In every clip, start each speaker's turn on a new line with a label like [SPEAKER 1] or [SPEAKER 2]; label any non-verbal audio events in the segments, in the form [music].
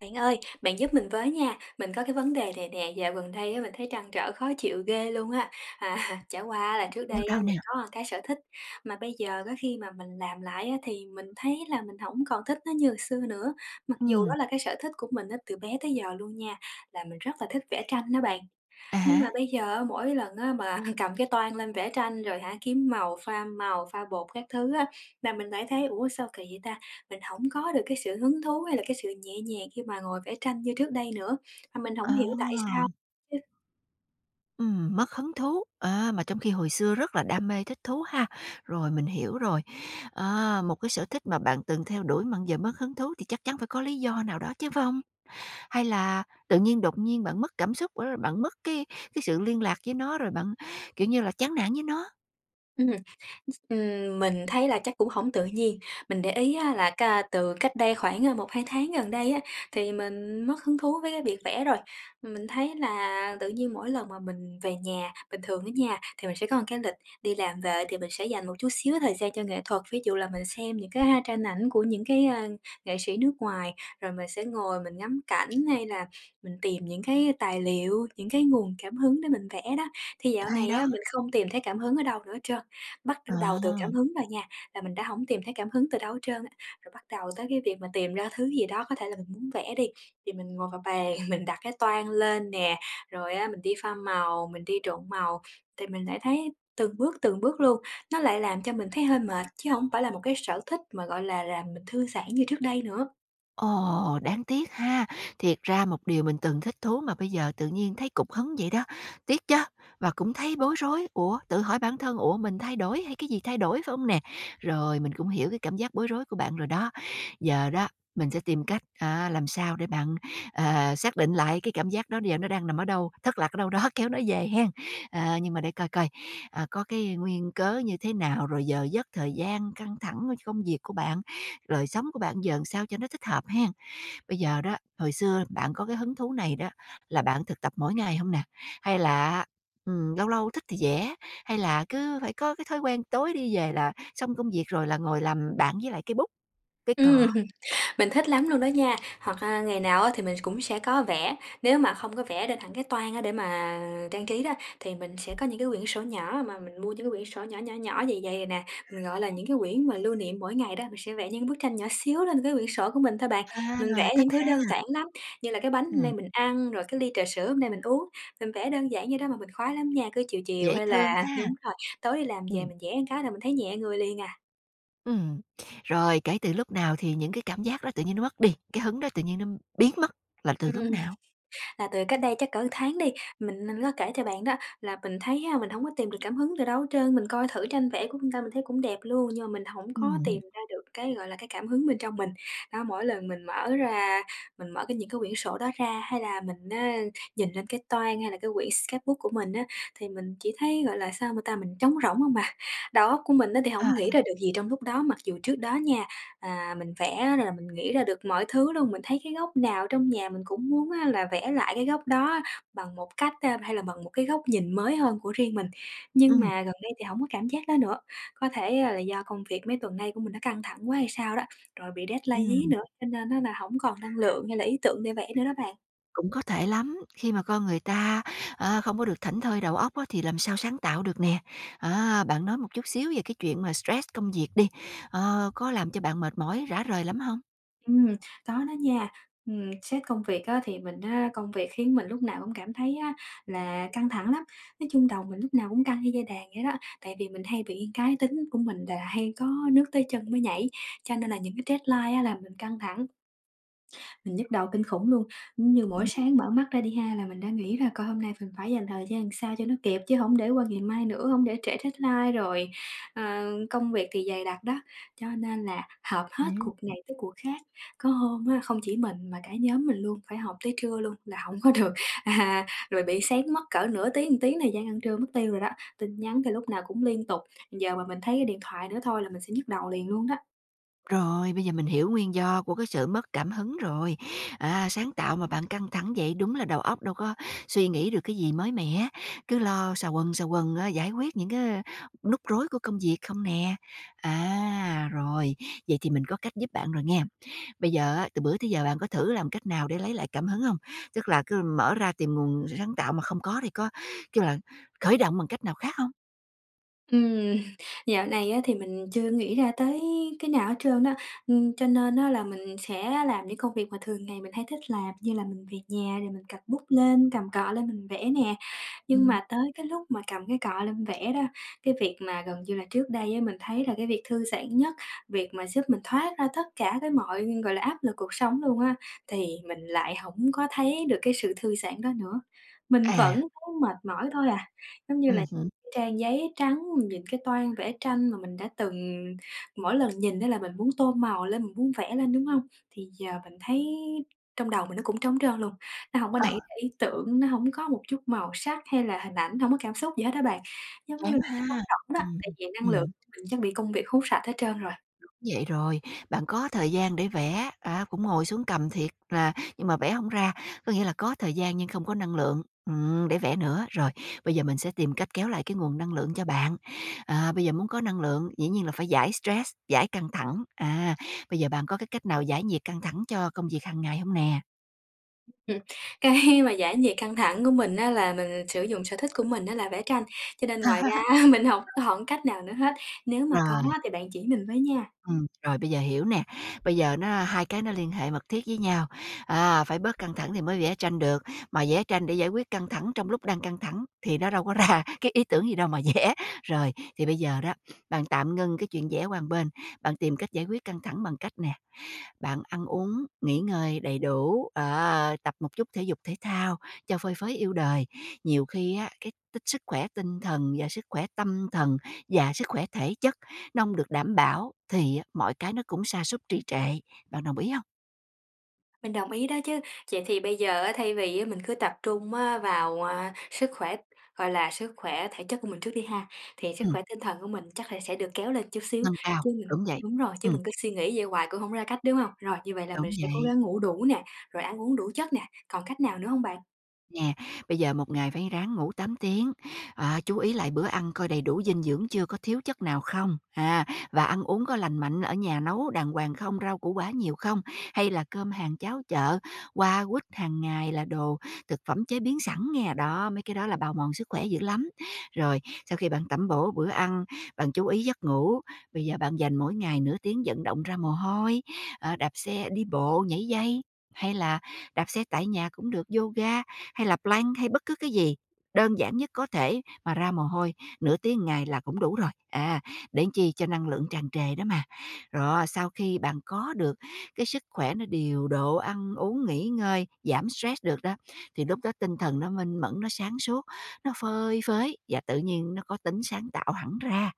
[SPEAKER 1] Bạn ơi, bạn giúp mình với nha, mình có cái vấn đề này nè, dạo gần đây á, mình thấy trăn trở khó chịu ghê luôn á. À, [laughs] chả qua là trước
[SPEAKER 2] Đau
[SPEAKER 1] đây á,
[SPEAKER 2] đâu
[SPEAKER 1] mình
[SPEAKER 2] nè?
[SPEAKER 1] có một cái sở thích, mà bây giờ có khi mà mình làm lại á, thì mình thấy là mình không còn thích nó như xưa nữa, mặc dù
[SPEAKER 2] Ừm.
[SPEAKER 1] đó là cái sở thích của mình á, từ bé tới giờ luôn nha, là mình rất là thích vẽ tranh đó bạn.
[SPEAKER 2] À
[SPEAKER 1] Nhưng mà
[SPEAKER 2] há.
[SPEAKER 1] bây giờ á, mỗi lần á mà [laughs] cầm cái toan lên vẽ tranh rồi hả, kiếm màu, pha bột các thứ á, là mình lại thấy, ủa, sao kỳ vậy ta? Mình không có được cái sự hứng thú hay là cái sự nhẹ nhàng khi mà ngồi vẽ tranh như trước đây nữa, mà mình không
[SPEAKER 2] Ờ.
[SPEAKER 1] hiểu tại sao.
[SPEAKER 2] Mất hứng thú, mà trong khi hồi xưa rất là đam mê, thích thú ha. Rồi, mình hiểu rồi. À, một cái sở thích mà bạn từng theo đuổi mà giờ mất hứng thú thì chắc chắn phải có lý do nào đó chứ phải hông? Hay là tự nhiên đột nhiên bạn mất cảm xúc, rồi bạn mất cái sự liên lạc với nó, rồi bạn, kiểu như là, chán nản với nó?
[SPEAKER 1] Ừm. Mình thấy là chắc cũng không tự nhiên. Mình để ý á là ca từ cách đây khoảng, 1-2 tháng gần đây á, thì mình mất hứng thú với cái việc vẽ rồi. Mình thấy là tự nhiên mỗi lần mà mình về nhà, bình thường ở nhà thì mình sẽ có một cái lịch, đi làm về thì mình sẽ dành một chút xíu thời gian cho nghệ thuật. Ví dụ là mình xem những cái, tranh ảnh của những cái, nghệ sĩ nước ngoài, rồi mình sẽ ngồi mình ngắm cảnh, hay là mình tìm những cái tài liệu, những cái nguồn cảm hứng để mình vẽ đó. Thì dạo
[SPEAKER 2] Hay
[SPEAKER 1] này
[SPEAKER 2] đó.
[SPEAKER 1] á, mình không tìm thấy cảm hứng ở đâu nữa hết trơn. Bắt từ
[SPEAKER 2] Ờ.
[SPEAKER 1] đầu từ cảm hứng rồi nha, là mình đã hổng tìm thấy cảm hứng từ đâu hết trơn á. Rồi bắt đầu tới cái việc mà tìm ra thứ gì đó, có thể là mình muốn vẽ đi, thì mình ngồi vào bàn, [laughs] mình đặt cái toan lên nè, rồi á mình đi pha màu, mình đi trộn màu, thì mình lại thấy từng bước luôn, nó lại làm cho mình thấy hơi mệt, chứ không phải là một cái sở thích mà, gọi là, làm mình thư giãn như trước đây nữa.
[SPEAKER 2] Ồ, đáng tiếc ha! Thiệt ra một điều mình từng thích thú mà bây giờ tự nhiên thấy cục hứng vậy đó. Tiếc chứ. Và cũng thấy bối rối, ủa, tự hỏi bản thân, ủa, mình thay đổi hay cái gì thay đổi, phải không nè? Rồi mình cũng hiểu cái cảm giác bối rối của bạn rồi đó. Giờ đó, mình sẽ tìm cách, làm sao để bạn, xác định lại cái cảm giác đó bây giờ nó đang nằm ở đâu, thất lạc ở đâu đó, [laughs] kéo nó về hen. Nhưng mà để coi coi, có cái nguyên cớ như thế nào, rồi giờ giấc, thời gian, căng thẳng công việc của bạn, đời sống của bạn giờ làm sao cho nó thích hợp hen. Bây giờ đó, hồi xưa bạn có cái hứng thú này đó, là bạn thực tập mỗi ngày không nè? Hay là á, lâu lâu thích thì vẽ, hay là cứ phải có cái thói quen tối đi về là xong công việc rồi là ngồi làm bạn với lại cây bút, cây
[SPEAKER 1] Ừm.
[SPEAKER 2] cọ?
[SPEAKER 1] Mình thích lắm luôn đó nha, hoặc, ngày nào á thì mình cũng sẽ có vẽ, nếu mà không có vẽ được hẳn cái toan á để mà trang trí đó, thì mình sẽ có những cái quyển sổ nhỏ mà mình mua những cái quyển sổ nhỏ, nhỏ, nhỏ, dày dày nè, mình gọi là những cái quyển mà lưu niệm mỗi ngày đó, mình sẽ vẽ những bức tranh nhỏ xíu lên cái quyển sổ của mình thôi bạn. Mình
[SPEAKER 2] À.
[SPEAKER 1] vẽ
[SPEAKER 2] Thích
[SPEAKER 1] những thứ
[SPEAKER 2] ha.
[SPEAKER 1] đơn giản lắm, như là cái bánh hôm nay
[SPEAKER 2] Ừm.
[SPEAKER 1] mình ăn, rồi cái ly trà sữa hôm nay mình uống, mình vẽ đơn giản như đó mà mình khoái lắm nha, cứ chiều chiều
[SPEAKER 2] Dễ
[SPEAKER 1] hay
[SPEAKER 2] thương
[SPEAKER 1] là [laughs]
[SPEAKER 2] ha.
[SPEAKER 1] đúng rồi, tối đi làm về
[SPEAKER 2] Ừm.
[SPEAKER 1] mình vẽ một cái là mình thấy nhẹ người liền à.
[SPEAKER 2] Ừm. Rồi kể từ lúc nào thì những cái cảm giác đó tự nhiên nó mất đi, cái hứng đó tự nhiên nó biến mất là từ lúc
[SPEAKER 1] Ừm.
[SPEAKER 2] nào?
[SPEAKER 1] Là từ cách đây chắc cỡ tháng đi, mình có kể cho bạn đó là mình thấy ha, mình hổng có tìm được cảm hứng từ đâu hết trơn. Mình coi thử tranh vẽ của người ta mình thấy cũng đẹp luôn, nhưng mà mình hổng có
[SPEAKER 2] Ừm.
[SPEAKER 1] tìm ra được cái, gọi là, cái cảm hứng bên trong mình. Đó, mỗi lần mình mở ra mình mở cái những cái quyển sổ đó ra, hay là mình á nhìn lên cái toan hay là cái quyển sketchbook của mình á, thì mình chỉ thấy, gọi là, sao mà ta, mình trống rỗng không à. Đầu óc của mình á thì
[SPEAKER 2] À.
[SPEAKER 1] hổng nghĩ ra được gì trong lúc đó, mặc dù trước đó nha, mình vẽ là mình nghĩ ra được mọi thứ luôn. Mình thấy cái góc nào trong nhà mình cũng muốn á là vẽ lại cái góc đó bằng một cách, hay là bằng một cái góc nhìn mới hơn của riêng mình. Nhưng
[SPEAKER 2] Ừm.
[SPEAKER 1] mà gần đây thì không có cảm giác đó nữa, có thể, là do công việc mấy tuần nay của mình nó căng thẳng quá hay sao đó, rồi bị deadline dí
[SPEAKER 2] Ừm.
[SPEAKER 1] nữa, cho nên nó là không còn năng lượng hay là ý tưởng để vẽ nữa đó bạn.
[SPEAKER 2] Cũng có thể lắm, khi mà con người ta, không có được thảnh thơi đầu óc á, thì làm sao sáng tạo được nè. Á, bạn nói một chút xíu về cái chuyện mà stress công việc đi, có làm cho bạn mệt mỏi, rã rời lắm không?
[SPEAKER 1] Ừm, có đó nha. Sếp công việc á, thì mình á công việc khiến mình lúc nào cũng cảm thấy á là căng thẳng lắm. Nói chung đầu mình lúc nào cũng căng như dây đàn vậy đó, tại vì mình hay bị cái tính của mình là hay có nước tới chân mới nhảy, cho nên là những cái deadline á là mình căng thẳng. Mình nhức đầu kinh khủng luôn, như mỗi
[SPEAKER 2] Ừm
[SPEAKER 1] sáng mở mắt ra đi ha là mình đã nghĩ là coi hôm nay mình phải dành thời gian sao cho nó kịp chứ không để qua ngày mai nữa, không để trễ deadline rồi, ờ, công việc thì dày đặc đó. Cho nên là họp hết cuộc
[SPEAKER 2] hứm.
[SPEAKER 1] này tới cuộc khác, có hôm á không chỉ mình mà cả nhóm mình luôn phải họp tới trưa luôn là không có được, rồi bị sáng mất cỡ nửa tiếng, một tiếng này, gian ăn trưa mất tiêu rồi đó. Tin nhắn thì lúc nào cũng liên tục, giờ mà mình thấy cái điện thoại nữa thôi là mình sẽ nhức đầu liền luôn đó.
[SPEAKER 2] Rồi, bây giờ mình hiểu nguyên do của cái sự mất cảm hứng rồi. À, sáng tạo mà bạn căng thẳng vậy đúng là đầu óc đâu có suy nghĩ được cái gì mới mẻ, cứ lo xà quần, giải quyết những cái nút rối của công việc không nè. À, rồi, vậy thì mình có cách giúp bạn rồi nghe. Bây giờ á, từ bữa tới giờ bạn có thử làm cách nào để lấy lại cảm hứng không? Tức là cứ mở ra tìm nguồn sáng tạo mà không có thì có, kêu là, khởi động bằng cách nào khác không?
[SPEAKER 1] Ừm, Dạo này á thì mình chưa nghĩ ra tới cái nào hết trơn á, cho nên á là mình sẽ làm những công việc mà thường ngày mình hay thích làm như là mình về nhà rồi mình cầm bút lên, cầm cọ lên mình vẽ nè. Nhưng
[SPEAKER 2] Ừm.
[SPEAKER 1] mà tới cái lúc mà cầm cái cọ lên vẽ đó, cái việc mà gần như là trước đây á, mình thấy là cái việc thư giãn nhất, việc mà giúp mình thoát ra tất cả cái mọi, gọi là, áp lực cuộc sống luôn á, thì mình lại hổng có thấy được cái sự thư giãn đó nữa. Mình vẫn
[SPEAKER 2] À.
[SPEAKER 1] thấy mệt mỏi thôi à, giống như
[SPEAKER 2] Ừm
[SPEAKER 1] là
[SPEAKER 2] hứm.
[SPEAKER 1] trang giấy trắng, mình nhìn cái toan vẽ tranh mà mình đã từng mỗi lần nhìn á là mình muốn tô màu lên, mình muốn vẽ lên, đúng hông? Thì giờ mình thấy trong đầu mình nó cũng trống trơn luôn. Nó hổng có
[SPEAKER 2] Ờ.
[SPEAKER 1] nảy ra ý tưởng, nó hổng có một chút màu sắc hay là hình ảnh, hổng có cảm xúc gì hết á bạn. Giống như là
[SPEAKER 2] Chán
[SPEAKER 1] nó
[SPEAKER 2] ha.
[SPEAKER 1] trống rỗng đó,
[SPEAKER 2] Ừm.
[SPEAKER 1] tại vì năng lượng
[SPEAKER 2] Ừm.
[SPEAKER 1] của mình chắc bị công việc hút sạch hết trơn rồi.
[SPEAKER 2] Vậy rồi, bạn có thời gian để vẽ, cũng ngồi xuống cầm thiệt là, nhưng mà vẽ không ra, có nghĩa là có thời gian nhưng không có năng lượng, để vẽ nữa. Rồi, bây giờ mình sẽ tìm cách kéo lại cái nguồn năng lượng cho bạn. À, bây giờ muốn có năng lượng, dĩ nhiên là phải giải stress, giải căng thẳng. À, bây giờ bạn có cái cách nào giải nhiệt căng thẳng cho công việc hàng ngày không nè?
[SPEAKER 1] Ừm, cái [laughs] mà giải nhiệt căng thẳng của mình á là mình sử dụng sở thích của mình á là vẽ tranh, cho nên ngoài ra [laughs] á
[SPEAKER 2] [laughs]
[SPEAKER 1] mình hổng còn cách nào nữa hết. Nếu mà có
[SPEAKER 2] Rồi.
[SPEAKER 1] á thì bạn chỉ mình với nha.
[SPEAKER 2] Rồi bây giờ hiểu nè, bây giờ nó hai cái nó liên hệ mật thiết với nhau, phải bớt căng thẳng thì mới vẽ tranh được, mà vẽ tranh để giải quyết căng thẳng trong lúc đang căng thẳng thì nó đâu có ra [laughs] cái ý tưởng gì đâu mà vẽ. Rồi, thì bây giờ đó, bạn tạm ngưng cái chuyện vẽ qua một bên, bạn tìm cách giải quyết căng thẳng bằng cách nè, bạn ăn uống, nghỉ ngơi đầy đủ, tập một chút thể dục thể thao cho phơi phới yêu đời. Nhiều khi á, cái tích sức khỏe tinh thần và sức khỏe tâm thần và sức khỏe thể chất nó hông được đảm bảo thì á, mọi cái nó cũng sa sút trì trệ, bạn đồng ý không?
[SPEAKER 1] Mình đồng ý đó chứ. Vậy thì bây giờ á, thay vì á, mình cứ tập trung á, vào, sức khỏe, gọi là, sức khỏe thể chất của mình trước đi ha, thì sức
[SPEAKER 2] Ừm,
[SPEAKER 1] khỏe tinh thần của mình chắc là sẽ được kéo lên chút xíu,
[SPEAKER 2] nâng cao,
[SPEAKER 1] chứ mình
[SPEAKER 2] đúng vậy,
[SPEAKER 1] đúng rồi, chứ
[SPEAKER 2] ừm,
[SPEAKER 1] mình cứ suy nghĩ vậy hoài cũng không ra cách, đúng không? Rồi, như vậy là mình
[SPEAKER 2] đúng
[SPEAKER 1] sẽ cố
[SPEAKER 2] vậy.
[SPEAKER 1] gắng ngủ đủ nè, rồi ăn uống đủ chất nè, còn cách nào nữa không bạn?
[SPEAKER 2] Nè, bây giờ một ngày phải ráng ngủ 8 tiếng, chú ý lại bữa ăn coi đầy đủ dinh dưỡng chưa, có thiếu chất nào không, và ăn uống có lành mạnh, ở nhà nấu đàng hoàng không, rau củ quả nhiều không, hay là cơm hàng cháo chợ, qua quýt hàng ngày là đồ thực phẩm chế biến sẵn nghe, đó, mấy cái đó là bào mòn sức khỏe dữ lắm. Rồi, sau khi bạn tẩm bổ bữa ăn, bạn chú ý giấc ngủ, bây giờ bạn dành mỗi ngày nửa tiếng vận động ra mồ hôi, đạp xe đi bộ, nhảy dây, hay là đạp xe tại nhà cũng được, yoga hay là plank hay bất cứ cái gì đơn giản nhất có thể mà ra mồ hôi nửa tiếng ngày là cũng đủ rồi à, để làm chi cho năng lượng tràn trề đó mà. Rồi sau khi bạn có được cái sức khỏe nó điều độ, ăn uống nghỉ ngơi, giảm stress được đó, thì lúc đó tinh thần nó minh mẫn, nó sáng suốt, nó phơi phới, và tự nhiên nó có tính sáng tạo hẳn ra,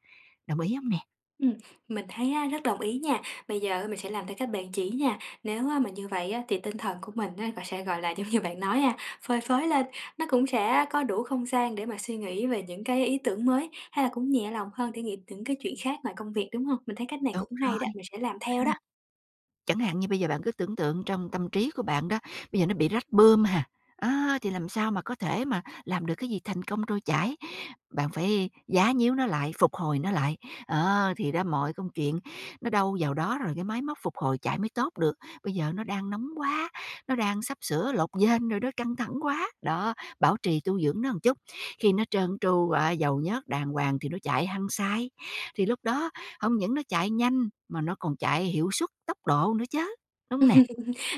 [SPEAKER 2] đồng ý không nè?
[SPEAKER 1] Ừm, mình thấy á, rất đồng ý nha. Bây giờ mình sẽ làm theo cách bạn chỉ nha. Nếu á, mà như vậy á, thì tinh thần của mình á, gọi sẽ, gọi là, giống như bạn nói ha, phơi phới lên, nó cũng sẽ có đủ không gian để mà suy nghĩ về những cái ý tưởng mới, hay là cũng nhẹ lòng hơn để nghĩ những cái chuyện khác ngoài công việc, đúng không? Mình thấy cách này
[SPEAKER 2] Đúng
[SPEAKER 1] cũng hay đó,
[SPEAKER 2] rồi.
[SPEAKER 1] mình sẽ làm theo đó.
[SPEAKER 2] Chẳng hạn như bây giờ bạn cứ tưởng tượng trong tâm trí của bạn đó, bây giờ nó bị rách bơm hà, á, thì làm sao mà có thể mà làm được cái gì thành công trôi chảy. Bạn phải giá nhíu nó lại, phục hồi nó lại, thì đó mọi công chuyện nó đâu vào đó rồi, cái máy móc phục hồi chạy mới tốt được. Bây giờ nó đang nóng quá, nó đang sắp sửa lột vênh rồi đó, căng thẳng quá. Đó, bảo trì tu dưỡng nó một chút, khi nó trơn tru, dầu nhớt đàng hoàng thì nó chạy hăng say, thì lúc đó không những nó chạy nhanh mà nó còn chạy hiệu suất, tốc độ nữa chứ, đúng nè?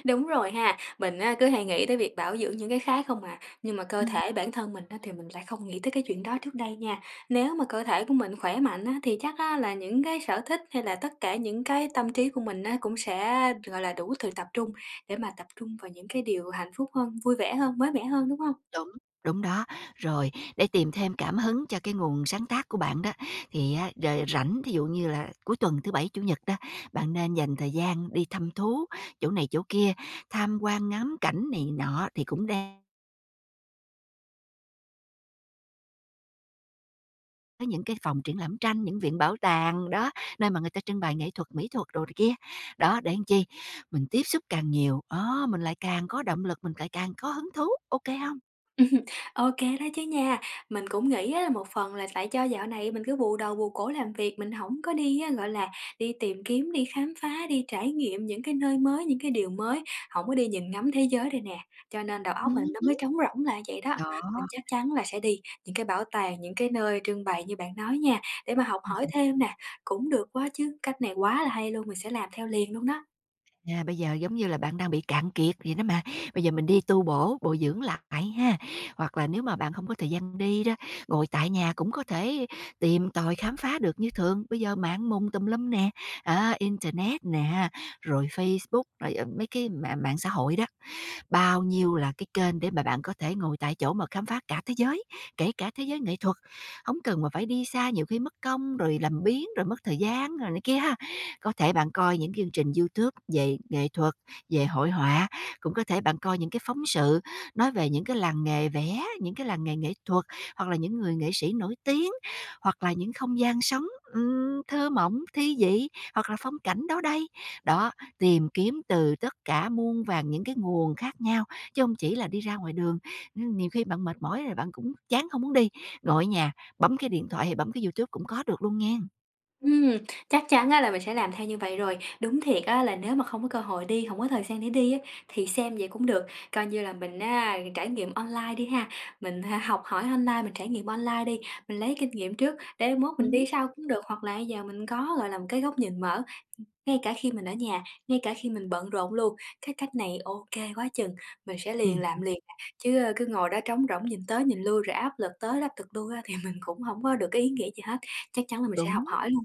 [SPEAKER 1] Đúng rồi ha, mình á, cứ hay nghĩ tới việc bảo dưỡng những cái khác không à, nhưng mà cơ
[SPEAKER 2] Ừm.
[SPEAKER 1] thể bản thân mình á, thì mình lại không nghĩ tới cái chuyện đó trước đây nha. Nếu mà cơ thể của mình khỏe mạnh á, thì chắc á, là những cái sở thích hay là tất cả những cái tâm trí của mình á, cũng sẽ, gọi là, đủ sự tập trung để mà tập trung vào những cái điều hạnh phúc hơn, vui vẻ hơn, mới mẻ hơn, đúng không?
[SPEAKER 2] Đúng, đúng đó. Rồi, để tìm thêm cảm hứng cho cái nguồn sáng tác của bạn đó, thì á r rảnh, thí dụ như là cuối tuần thứ Bảy, Chủ nhật đó, bạn nên dành thời gian đi thăm thú chỗ này chỗ kia, tham quan ngắm cảnh này nọ thì cũng đe. Có những cái phòng triển lãm tranh, những viện bảo tàng, đó, nơi mà người ta trưng bày nghệ thuật, mỹ thuật đồ này kia. Đó, để làm chi? Mình tiếp xúc càng nhiều, đó, mình lại càng có động lực, mình lại càng có hứng thú, ok không? Hông?
[SPEAKER 1] [laughs] Ừm, Ô đó chứ nha. Mình cũng nghĩ á, một phần là tại do dạo này mình cứ bù đầu bù cổ làm việc, mình hổng có đi á, gọi là, đi tìm kiếm, đi khám phá, đi trải nghiệm những cái nơi mới, những cái điều mới, hổng có đi nhìn ngắm thế giới đây nè, cho nên đầu óc mình nó mới trống rỗng là vậy đó.
[SPEAKER 2] Đó,
[SPEAKER 1] Mình chắc chắn là sẽ đi những cái bảo tàng, những cái nơi trưng bày như bạn nói nha, để mà học hỏi thêm nè, cũng được quá chứ, cách này quá là hay luôn, mình sẽ làm theo liền luôn đó.
[SPEAKER 2] bây giờ giống như là bạn đang bị cạn kiệt vậy đó mà, bây giờ mình đi tu bổ, bổ dưỡng lại ha. Hoặc là nếu mà bạn không có thời gian đi đó, ngồi tại nhà cũng có thể tìm tòi khám phá được như thường. Bây giờ mạng mùng tùm lum nè, internet nè, rồi Facebook, rồi, mấy cái mạng mạng xã hội đó. Bao nhiêu là cái kênh để mà bạn có thể ngồi tại chỗ mà khám phá cả thế giới, kể cả thế giới nghệ thuật. Không cần mà phải đi xa, nhiều khi mất công rồi làm biếng, rồi mất thời gian rồi này kia ha. Có thể bạn coi những chương trình YouTube về nghệ thuật, về hội họa, cũng có thể bạn coi những cái phóng sự nói về những cái làng nghề vẽ, những cái làng nghề nghệ thuật, hoặc là những người nghệ sĩ nổi tiếng, hoặc là những không gian sống, thơ mộng, thi vị, hoặc là phong cảnh đó đây. Đó, tìm kiếm từ tất cả muôn vàng những cái nguồn khác nhau, chứ không chỉ là đi ra ngoài đường. Nên nhiều khi bạn mệt mỏi rồi bạn cũng chán không muốn đi, ngồi ở nhà bấm cái điện thoại hay bấm cái YouTube cũng có được luôn nghen.
[SPEAKER 1] Ừm, Chắc chắn á là mình sẽ làm theo như vậy rồi. Đúng thiệt á là nếu mà không có cơ hội đi, không có thời gian để đi á, thì xem vậy cũng được, coi như là mình á trải nghiệm online đi ha. Mình ha học hỏi online, mình trải nghiệm online đi, mình lấy kinh nghiệm trước để mốt mình
[SPEAKER 2] Ừm.
[SPEAKER 1] đi sau cũng được, hoặc là bây giờ mình có, gọi là, một cái góc nhìn mở, ngay cả khi mình ở nhà, ngay cả khi mình bận rộn luôn. Cái cách này ok quá chừng, mình sẽ liền
[SPEAKER 2] Ừm,
[SPEAKER 1] làm liền à, chứ, cứ ngồi đó trống rỗng nhìn tới nhìn lui rồi áp lực tới áp lực lui á thì [laughs] mình cũng không có được cái ý nghĩa gì hết. Chắc chắn là mình sẽ học
[SPEAKER 2] đúng,
[SPEAKER 1] hỏi luôn.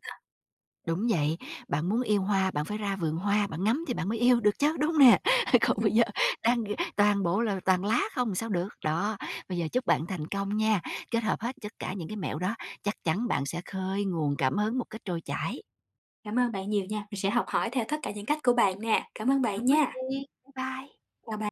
[SPEAKER 2] đúng vậy. Bạn muốn yêu hoa, bạn phải ra vườn hoa, bạn ngắm thì bạn mới yêu được chứ, đúng hông nè? [laughs] Còn
[SPEAKER 1] Ừm,
[SPEAKER 2] bây giờ đang toàn bộ là toàn lá không sao được. Đó, bây giờ chúc bạn thành công nha, kết hợp hết tất cả những cái mẹo đó, chắc chắn bạn sẽ khơi nguồn cảm hứng một cách trôi chảy.
[SPEAKER 1] Cảm ơn bạn nhiều nha, mình sẽ học hỏi theo tất cả những cách của bạn nè. Cảm ơn bạn
[SPEAKER 2] Không có chi,
[SPEAKER 1] nha,
[SPEAKER 2] bye bye.
[SPEAKER 1] chào bạn.